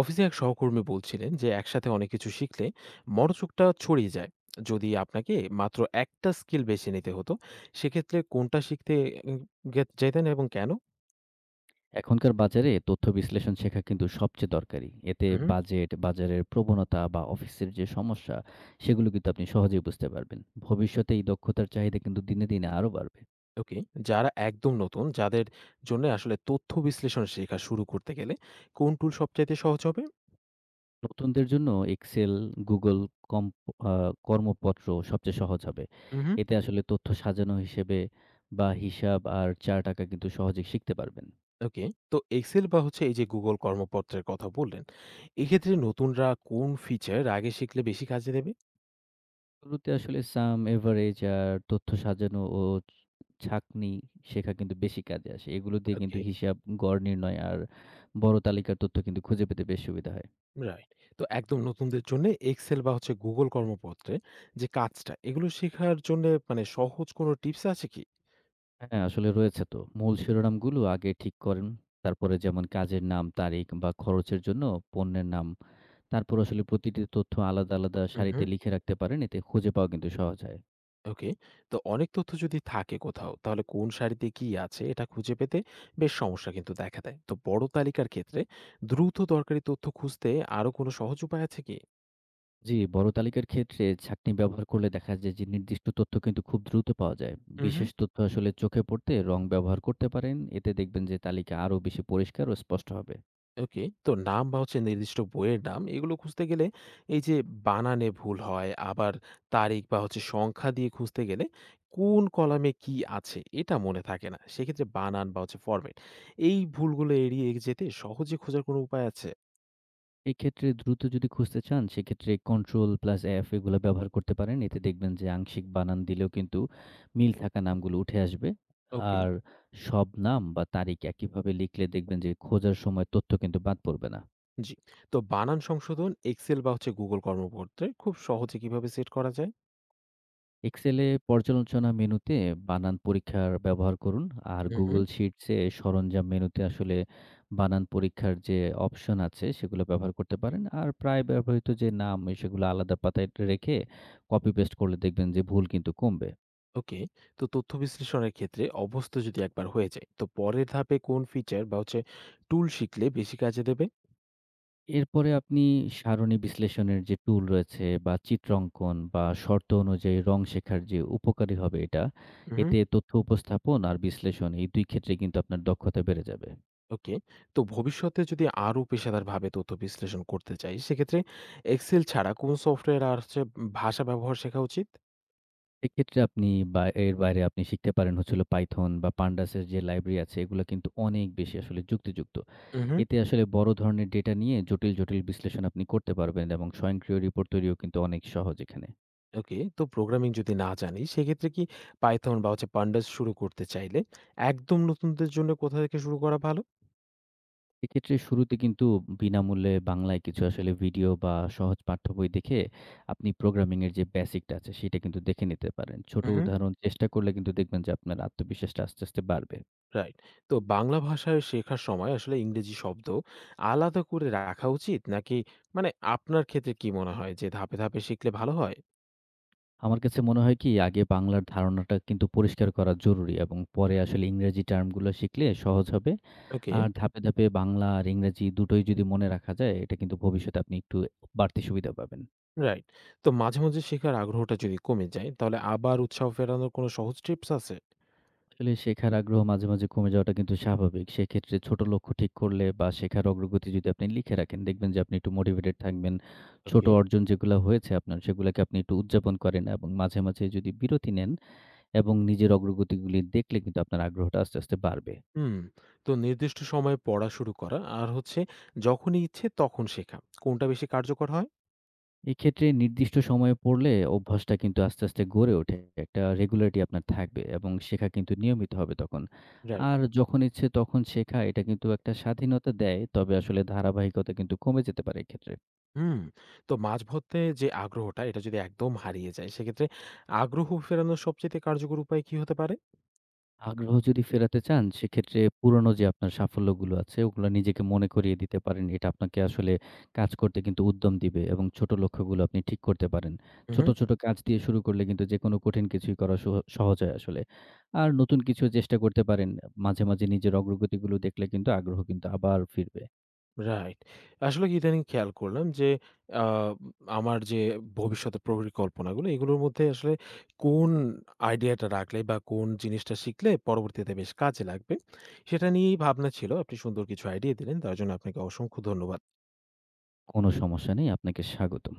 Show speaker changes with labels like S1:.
S1: অফিসে এক সহকর্মী বলছিলেন যে একসাথে অনেক কিছু শিখলে মনোযোগটা ছড়িয়ে যায়। যদি আপনাকে মাত্র একটা স্কিল বেছে নিতে হতো, সেক্ষেত্রে কোনটা শিখতে উম, যেতেন এবং কেন?
S2: এখনকার বাজারে তথ্য বিশ্লেষণ শেখা কিন্তু সবচেয়ে দরকারি। এতে
S1: হুম।
S2: বাজেট, বাজারের প্রবণতা বা অফিসের যে সমস্যা, সেগুলো কিন্তু আপনি সহজেই বুঝতে পারবেন। ভবিষ্যতে এই দক্ষতার চাহিদা কিন্তু দিনে, দিনে আরো বাড়বে।
S1: ওকে। যারা একদম নতুন, যাদের জন্য আসলে তথ্য বিশ্লেষণ শেখা শুরু করতে গেলে কোন টুল সবচাইতে সহজ হবে?
S2: নতুনদের জন্য Excel, Google কম্প আ কর্মপত্র সবচেয়ে সহজ হবে।
S1: হুম।
S2: এতে আসলে তথ্য সাজানো হিসেবে বা হিসাব আর চার্ট আঁকা কিন্তু সহজেই শিখতে পারবেন।
S1: ওকে, তো এক্সেল বা হচ্ছে এই যে গুগল কর্মপত্রের কথা বললেন, এক্ষেত্রে নতুনরা কোন ফিচার আগে শিখলে বেশি কাজে দেবে?
S2: শুরুতে আসলে সাম, এভারেজ আর তথ্য সাজানো ও ছাঁকনি শেখা কিন্তু বেশি কাজে আসে। এগুলো দিয়ে কিন্তু
S1: ওকে।
S2: হিসাব, গড় নির্ণয় আর বড় তালিকার তথ্য কিন্তু খুঁজে পেতে বেশ সুবিধা হয়।
S1: রাইট। তো একদম নতুনদের জন্যে এক্সেল বা হচ্ছে গুগল কর্মপত্রে যে কাজটা, এগুলো শেখার জন্যে মানে সহজ কোনো টিপস আছে কি?
S2: হ্যাঁ, আসলে রয়েছে তো। মূল শিরোনামগুলো আগে ঠিক করেন। তারপরে যেমন কাজের নাম, তারিখ বা খরচের জন্য পণ্যের নাম। তারপর আসলে প্রতিটি তথ্য আলাদা, আলাদা
S1: উহু।
S2: সারিতে লিখে রাখতে পারেন। এতে খুঁজে পাওয়া কিন্তু সহজ হয়।
S1: ওকে। তো অনেক তথ্য যদি থাকে কোথাও, তাহলে কোন সারিতে কি আছে এটা খুঁজে পেতে বেশ সমস্যা কিন্তু দেখা দেয়। তো বড় তালিকার ক্ষেত্রে দ্রুত দরকারি তথ্য খুঁজতে আরো কোনো সহজ উপায় আছে কি?
S2: জি, বড় তালিকার ক্ষেত্রে ছাঁকনি ব্যবহার করলে দেখা যায় যে নির্দিষ্ট তথ্য কিন্তু খুব দ্রুত পাওয়া যায়।
S1: উহু।
S2: বিশেষ তথ্য আসলে চোখে পড়তে রং ব্যবহার করতে পারেন। এতে দেখবেন যে তালিকা আরও বেশি পরিষ্কার ও স্পষ্ট হবে।
S1: ওকে। তো নাম বা হচ্ছে নির্দিষ্ট বইয়ের নাম এগুলো খুঁজতে গেলে এই যে বানানে ভুল হয়, আবার তারিখ বা হচ্ছে সংখ্যা দিয়ে খুঁজতে গেলে কোন কলামে কি আছে এটা মনে থাকে না। সেক্ষেত্রে বানান বা হচ্ছে ফরম্যাট, এই ভুলগুলো এড়িয়ে যেতে সহজে খোঁজার কোনো উপায় আছে?
S2: এক্ষেত্রে দ্রুত যদি খুঁজতে চান, সেক্ষেত্রে কন্ট্রোল প্লাস এফ এগুলা ব্যবহার করতে পারেন। এতে দেখবেন যে আংশিক বানান দিলেও কিন্তু মিল থাকা নামগুলো উঠে আসবে।
S1: ওকে,
S2: আর সব নাম বা তারিখ একইভাবে লিখলে দেখবেন যে খোঁজার সময় তথ্য কিন্তু বাদ পড়বে না।
S1: জি। তো বানান সংশোধন এক্সেল বা হচ্ছে Google কর্মক্ষেত্রে খুব সহজে কিভাবে সেট করা যায়?
S2: এক্সেলে পর্যালোচনা মেনুতে বানান পরীক্ষার ব্যবহার করুন আর
S1: হুম, হুম।
S2: গুগল শিটসে সরঞ্জাম মেনুতে আসলে বানান পরীক্ষার যে অপশন আছে সেগুলো ব্যবহার করতে পারেন আর প্রায় ব্যবহৃত যে নাম সেগুলো আলাদা পাতায় রেখে কপি পেস্ট করলে দেখবেন যে ভুল কিন্তু কমবে।
S1: ওকে। তো তথ্য বিশ্লেষণের ক্ষেত্রে অভ্যস্ত যদি একবার হয়ে যাই, তো পরের ধাপে কোন ফিচার বা হচ্ছে টুল শিখলে বেশি কাজে দেবে?
S2: এরপরে আপনি সারণী বিশ্লেষণের যে টুল রয়েছে বা চিত্রাঙ্কন বা শর্ত অনুযায়ী রং শেখার যে উপকারী হবে এটা
S1: উহু,
S2: এতে তথ্য উপস্থাপন আর বিশ্লেষণ এই দুই ক্ষেত্রে কিন্তু আপনার দক্ষতা বেড়ে যাবে।
S1: ওকে। তো ভবিষ্যতে যদি আরো পেশাদারভাবে তথ্য বিশ্লেষণ করতে চাই, সেক্ষেত্রে এক্সেল ছাড়া কোন সফটওয়্যার আর হচ্ছে ভাষা ব্যবহার শেখা উচিত?
S2: এক্ষেত্রে আপনি বা এর বাইরে আপনি শিখতে পারেন হচ্ছে হলো Python বা Pandas এর যে লাইব্রেরি আছে এগুলা কিন্তু অনেক বেশি আসলে যুক্তিযুক্ত।
S1: উহু।
S2: এতে আসলে বড় ধরনের ডেটা নিয়ে জটিল, জটিল বিশ্লেষণ আপনি করতে পারবেন এবং স্বয়ংক্রিয় রিপোর্ট তৈরিও কিন্তু অনেক সহজ এখানে।
S1: ওকে। তো প্রোগ্রামিং যদি না জানি, সেক্ষেত্রে কি পাইথন বা হচ্ছে pandas শুরু করতে চাইলে একদম নতুনদের জন্য কোথা থেকে শুরু করা ভালো?
S2: এক্ষেত্রে শুরুতে কিন্তু বিনামূল্যে বাংলায় কিছু আসলে ভিডিও বা সহজ পাঠ্য বই দেখে আপনি প্রোগ্রামিং এর যে বেসিকটা আছে সেটা কিন্তু দেখে নিতে পারেন। ছোট
S1: উহু।
S2: উদাহরণ চেষ্টা করলে কিন্তু দেখবেন যে আপনার আত্মবিশ্বাসটা আস্তে, আস্তে বাড়বে।
S1: রাইট। তো বাংলা ভাষায় শেখার সময় আসলে ইংরেজি শব্দ আলাদা করে রাখা উচিত? নাকি মানে আপনার ক্ষেত্রে কি মনে হয় যে ধাপে, ধাপে শিখলে ভালো হয়?
S2: আমার কাছে মনে হয় কি আগে বাংলার ধারণাটা কিন্তু পরিষ্কার করা জরুরি এবং পরে আসলে ইংরেজি টার্মগুলো শিখলে সহজ হবে।
S1: ওকে।
S2: আর ধাপে, ধাপে বাংলা আর ইংরেজি দুটোই যদি মনে রাখা যায় এটা কিন্তু ভবিষ্যতে আপনি একটু বাড়তি সুবিধা পাবেন।
S1: রাইট। তো মাঝে, মাঝে শেখার আগ্রহটা যদি কমে যায়, তাহলে আবার উৎসাহ ফেরানোর কোনো সহজ টিপস আছে?
S2: আসলে শেখার আগ্রহ মাঝে, মাঝে কমে যাওয়াটা কিন্তু স্বাভাবিক। সেক্ষেত্রে ছোট লক্ষ্য ঠিক করলে বা শেখার অগ্রগতি যদি আপনি লিখে রাখেন দেখবেন যে আপনি একটু মোটিভেটেড থাকবেন। ছোট
S1: ওকে।
S2: অর্জন যেগুলা হয়েছে আপনার সেগুলাকে আপনি একটু উদযাপন করেন এবং মাঝে, মাঝে যদি বিরতি নেন এবং নিজের অগ্রগতিগুলি দেখলে কিন্তু আপনার আগ্রহটা আস্তে, আস্তে বাড়বে।
S1: হুম। তো নির্দিষ্ট সময়ে পড়া শুরু করা আর হচ্ছে যখনই ইচ্ছে তখন শেখা, কোনটা বেশি কার্যকর হয়?
S2: এক্ষেত্রে নির্দিষ্ট সময়ে পড়লে অভ্যাসটা কিন্তু আস্তে, আস্তে গড়ে ওঠে। একটা রেগুলারিটি আপনার থাকবে এবং শেখা কিন্তু নিয়মিত হবে তখন।
S1: রাইট।
S2: আর যখন ইচ্ছে তখন শেখা এটা কিন্তু একটা স্বাধীনতা দেয়। তবে আসলে ধারাবাহিকতা কিন্তু কমে যেতে পারে এক্ষেত্রে।
S1: হুম। তো মাঝপথে যে আগ্রহটা এটা যদি একদম হারিয়ে যায়, সেক্ষেত্রে আগ্রহ ফেরানোর সবচাইতে কার্যকর উপায় কি হতে পারে?
S2: আগ্রহ যদি ফেরাতে চান, সেক্ষেত্রে পুরনো যে আপনার সাফল্যগুলো আছে, ওগুলা নিজেকে মনে করিয়ে দিতে পারেন। এটা আপনাকে আসলে কাজ করতে কিন্তু উদ্যম দিবে এবং ছোট লক্ষ্যগুলো আপনি ঠিক করতে পারেন। ছোট,
S1: উহু।
S2: ছোট কাজ দিয়ে শুরু করলে কিন্তু যেকোনো কঠিন কিছুই করা সহ সহজ হয় আসলে। আর নতুন কিছু চেষ্টা করতে পারেন। মাঝে, মাঝে নিজের অগ্রগতিগুলো দেখলে কিন্তু আগ্রহ কিন্তু আবার ফিরবে।
S1: রাইট। আসলে কি ইদানিং খেয়াল করলাম যে আ আমার যে ভবিষ্যতের পরিকল্পনাগুলো, এগুলোর মধ্যে আসলে কোন আইডিয়াটা রাখলে বা কোন জিনিসটা শিখলে পরবর্তীতে বেশ কাজে লাগবে সেটা নিয়েই ভাবনা ছিল। আপনি সুন্দর কিছু আইডিয়া দিলেন। তার জন্য আপনাকে অসংখ্য ধন্যবাদ।
S2: কোনো সমস্যা নেই। আপনাকে স্বাগতম।